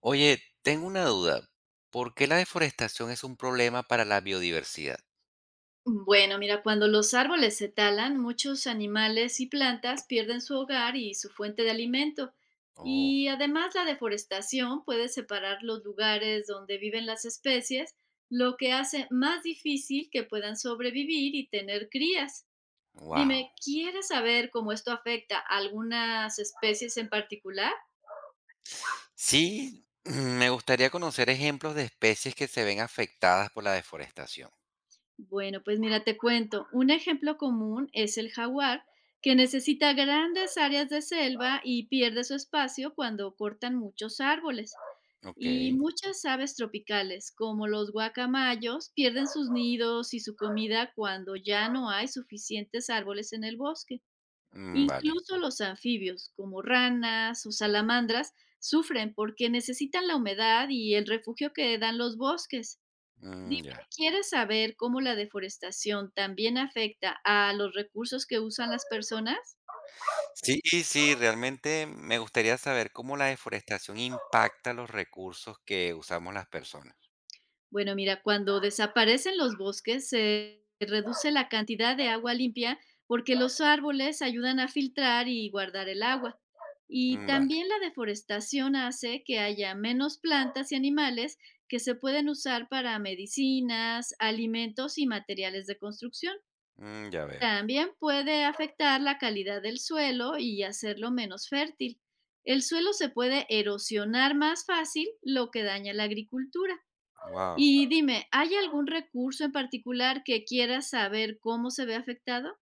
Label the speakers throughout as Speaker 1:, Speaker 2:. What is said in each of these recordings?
Speaker 1: Oye, tengo una duda. ¿Por qué la deforestación es un problema para la biodiversidad?
Speaker 2: Bueno, mira, cuando los árboles se talan, muchos animales y plantas pierden su hogar y su fuente de alimento.
Speaker 1: Oh,
Speaker 2: Y además la deforestación puede separar los lugares donde viven las especies, lo que hace más difícil que puedan sobrevivir y tener crías.
Speaker 1: wow.
Speaker 2: Dime, ¿quieres saber cómo esto afecta a algunas especies en particular?
Speaker 1: Sí, me gustaría conocer ejemplos de especies que se ven afectadas por la deforestación.
Speaker 2: Bueno, pues mira, te cuento. Un ejemplo común es el jaguar, que necesita grandes áreas de selva y pierde su espacio cuando cortan muchos árboles.
Speaker 1: Ok,
Speaker 2: Y muchas aves tropicales, como los guacamayos, pierden sus nidos y su comida cuando ya no hay suficientes árboles en el bosque.
Speaker 1: mm, vale.
Speaker 2: Incluso los anfibios, como ranas o salamandras, sufren porque necesitan la humedad y el refugio que dan los bosques.
Speaker 1: Mm,
Speaker 2: Dime,
Speaker 1: ya.
Speaker 2: ¿quieres saber cómo la deforestación también afecta a los recursos que usan las personas?
Speaker 1: Sí, sí, realmente me gustaría saber cómo la deforestación impacta los recursos que usamos las personas.
Speaker 2: Bueno, mira, cuando desaparecen los bosques se reduce la cantidad de agua limpia porque los árboles ayudan a filtrar y guardar el agua. Y
Speaker 1: Mm, vale,
Speaker 2: también la deforestación hace que haya menos plantas y animales que se pueden usar para medicinas, alimentos y materiales de construcción.
Speaker 1: mm, ya veo.
Speaker 2: También puede afectar la calidad del suelo y hacerlo menos fértil. El suelo se puede erosionar más fácil, lo que daña la agricultura.
Speaker 1: Wow.
Speaker 2: Y dime, ¿hay algún recurso en particular que quieras saber cómo se ve afectado?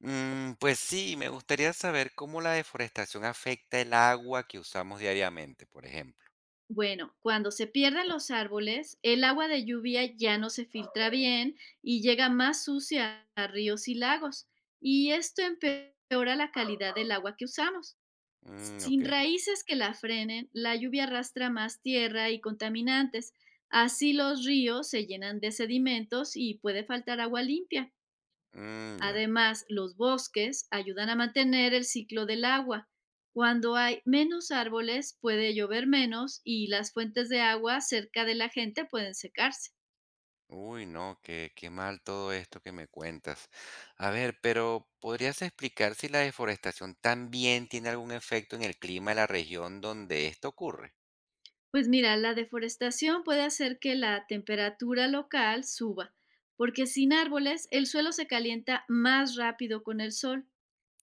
Speaker 1: Pues sí, me gustaría saber cómo la deforestación afecta el agua que usamos diariamente, por ejemplo.
Speaker 2: Bueno, cuando se pierden los árboles, el agua de lluvia ya no se filtra bien y llega más sucia a ríos y lagos. Y esto empeora la calidad del agua que usamos.
Speaker 1: Mm, ok.
Speaker 2: Sin raíces que la frenen, la lluvia arrastra más tierra y contaminantes. Así los ríos se llenan de sedimentos y puede faltar agua limpia.
Speaker 1: Mm, ya.
Speaker 2: Además, los bosques ayudan a mantener el ciclo del agua. Cuando hay menos árboles, puede llover menos y las fuentes de agua cerca de la gente pueden secarse.
Speaker 1: Uy, no, qué mal todo esto que me cuentas. A ver, pero ¿podrías explicar si la deforestación también tiene algún efecto en el clima de la región donde esto ocurre?
Speaker 2: Pues mira, la deforestación puede hacer que la temperatura local suba, porque sin árboles el suelo se calienta más rápido con el sol.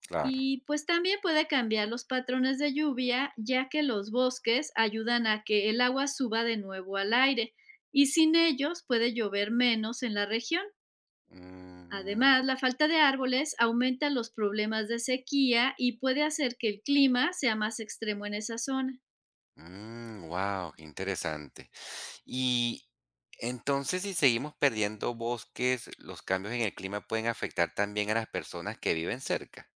Speaker 1: Claro.
Speaker 2: Y pues también puede cambiar los patrones de lluvia, ya que los bosques ayudan a que el agua suba de nuevo al aire y sin ellos puede llover menos en la región.
Speaker 1: Mm,
Speaker 2: Además, la falta de árboles aumenta los problemas de sequía y puede hacer que el clima sea más extremo en esa zona.
Speaker 1: wow, qué interesante. Y entonces, si seguimos perdiendo bosques, los cambios en el clima pueden afectar también a las personas que viven cerca.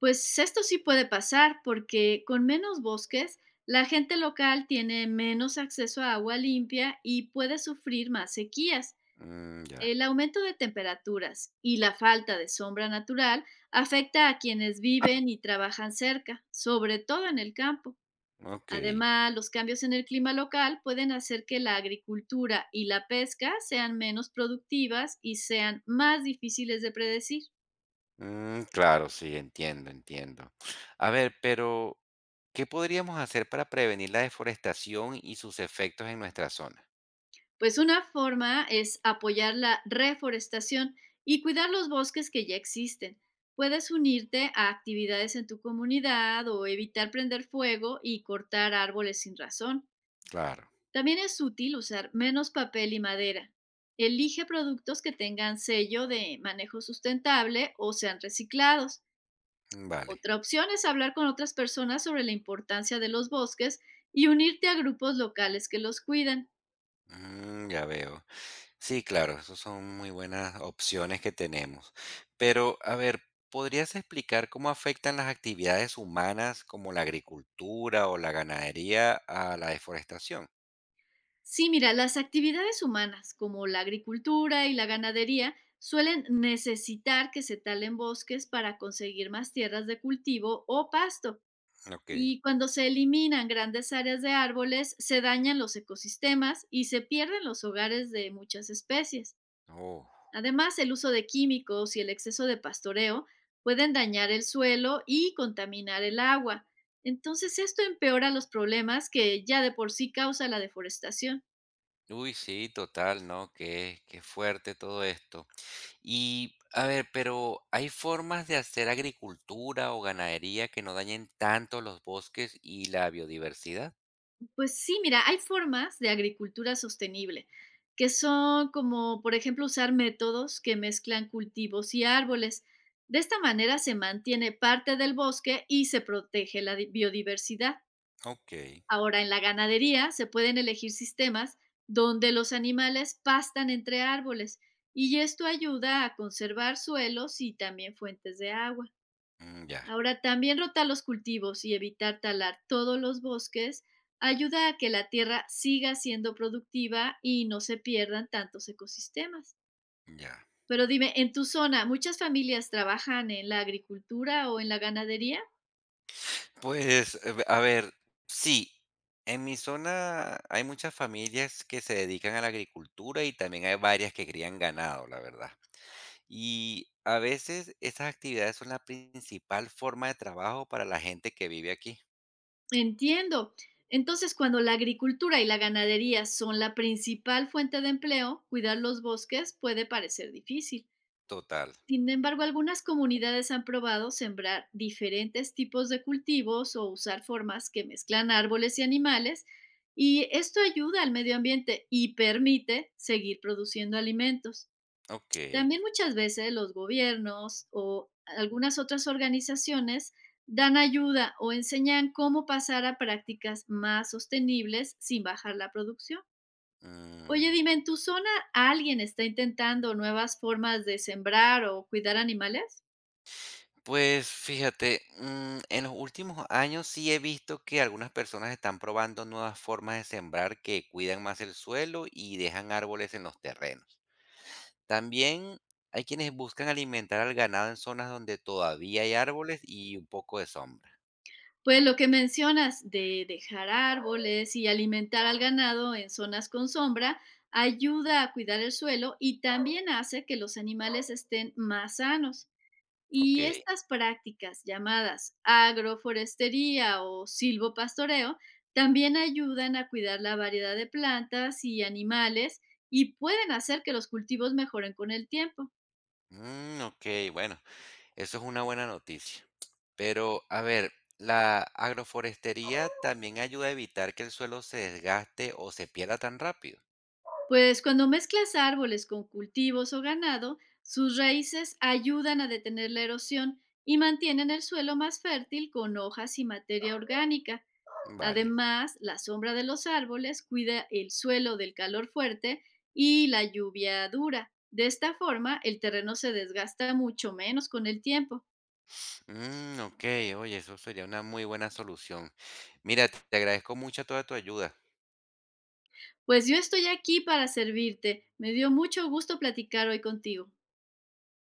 Speaker 2: Pues esto sí puede pasar porque con menos bosques, la gente local tiene menos acceso a agua limpia y puede sufrir más sequías.
Speaker 1: Mm, ya,
Speaker 2: El aumento de temperaturas y la falta de sombra natural afecta a quienes viven y trabajan cerca, sobre todo en el campo.
Speaker 1: ok.
Speaker 2: Además, los cambios en el clima local pueden hacer que la agricultura y la pesca sean menos productivas y sean más difíciles de predecir.
Speaker 1: Mm, claro, sí, entiendo, entiendo. A ver, pero, ¿qué podríamos hacer para prevenir la deforestación y sus efectos en nuestra zona?
Speaker 2: Pues una forma es apoyar la reforestación y cuidar los bosques que ya existen. Puedes unirte a actividades en tu comunidad o evitar prender fuego y cortar árboles sin razón.
Speaker 1: Claro,
Speaker 2: También es útil usar menos papel y madera. Elige productos que tengan sello de manejo sustentable o sean reciclados.
Speaker 1: vale.
Speaker 2: Otra opción es hablar con otras personas sobre la importancia de los bosques y unirte a grupos locales que los cuidan.
Speaker 1: Mm, ya veo. Sí, claro, esas son muy buenas opciones que tenemos. Pero, a ver, ¿podrías explicar cómo afectan las actividades humanas como la agricultura o la ganadería a la deforestación?
Speaker 2: Sí, mira, las actividades humanas como la agricultura y la ganadería suelen necesitar que se talen bosques para conseguir más tierras de cultivo o pasto.
Speaker 1: Ok.
Speaker 2: Y cuando se eliminan grandes áreas de árboles, se dañan los ecosistemas y se pierden los hogares de muchas especies.
Speaker 1: Oh.
Speaker 2: Además, el uso de químicos y el exceso de pastoreo pueden dañar el suelo y contaminar el agua. Entonces, esto empeora los problemas que ya de por sí causa la deforestación.
Speaker 1: Uy, sí, total, ¿no? Qué fuerte todo esto. Y, a ver, pero ¿hay formas de hacer agricultura o ganadería que no dañen tanto los bosques y la biodiversidad?
Speaker 2: Pues sí, mira, hay formas de agricultura sostenible, que son como, por ejemplo, usar métodos que mezclan cultivos y árboles. De esta manera se mantiene parte del bosque y se protege la biodiversidad.
Speaker 1: Ok,
Speaker 2: Ahora, en la ganadería se pueden elegir sistemas donde los animales pastan entre árboles y esto ayuda a conservar suelos y también fuentes de agua.
Speaker 1: mm, ya,
Speaker 2: Ahora, también rotar los cultivos y evitar talar todos los bosques ayuda a que la tierra siga siendo productiva y no se pierdan tantos ecosistemas.
Speaker 1: ya.
Speaker 2: Pero dime, ¿en tu zona muchas familias trabajan en la agricultura o en la ganadería?
Speaker 1: Pues, a ver, sí, en mi zona hay muchas familias que se dedican a la agricultura y también hay varias que crían ganado, la verdad. Y a veces esas actividades son la principal forma de trabajo para la gente que vive aquí.
Speaker 2: Entiendo. Entonces, cuando la agricultura y la ganadería son la principal fuente de empleo, cuidar los bosques puede parecer difícil.
Speaker 1: Total.
Speaker 2: Sin embargo, algunas comunidades han probado sembrar diferentes tipos de cultivos o usar formas que mezclan árboles y animales, y esto ayuda al medio ambiente y permite seguir produciendo alimentos.
Speaker 1: Ok.
Speaker 2: También muchas veces los gobiernos o algunas otras organizaciones dan ayuda o enseñan cómo pasar a prácticas más sostenibles sin bajar la producción. Oye,
Speaker 1: Mm.
Speaker 2: dime, ¿en tu zona alguien está intentando nuevas formas de sembrar o cuidar animales?
Speaker 1: Pues fíjate, en los últimos años sí he visto que algunas personas están probando nuevas formas de sembrar que cuidan más el suelo y dejan árboles en los terrenos. También hay quienes buscan alimentar al ganado en zonas donde todavía hay árboles y un poco de sombra.
Speaker 2: Pues lo que mencionas de dejar árboles y alimentar al ganado en zonas con sombra ayuda a cuidar el suelo y también hace que los animales estén más sanos.
Speaker 1: Ok.
Speaker 2: Y estas prácticas llamadas agroforestería o silvopastoreo también ayudan a cuidar la variedad de plantas y animales y pueden hacer que los cultivos mejoren con el tiempo.
Speaker 1: Mm, ok, bueno, eso es una buena noticia. Pero, a ver, la agroforestería también ayuda a evitar que el suelo se desgaste o se pierda tan rápido.
Speaker 2: Pues cuando mezclas árboles con cultivos o ganado, sus raíces ayudan a detener la erosión y mantienen el suelo más fértil con hojas y materia orgánica.
Speaker 1: Vale.
Speaker 2: Además, la sombra de los árboles cuida el suelo del calor fuerte y la lluvia dura. De esta forma, el terreno se desgasta mucho menos con el tiempo.
Speaker 1: Mm, ok, oye, eso sería una muy buena solución. Mira, te agradezco mucho toda tu ayuda.
Speaker 2: Pues yo estoy aquí para servirte. Me dio mucho gusto platicar hoy contigo.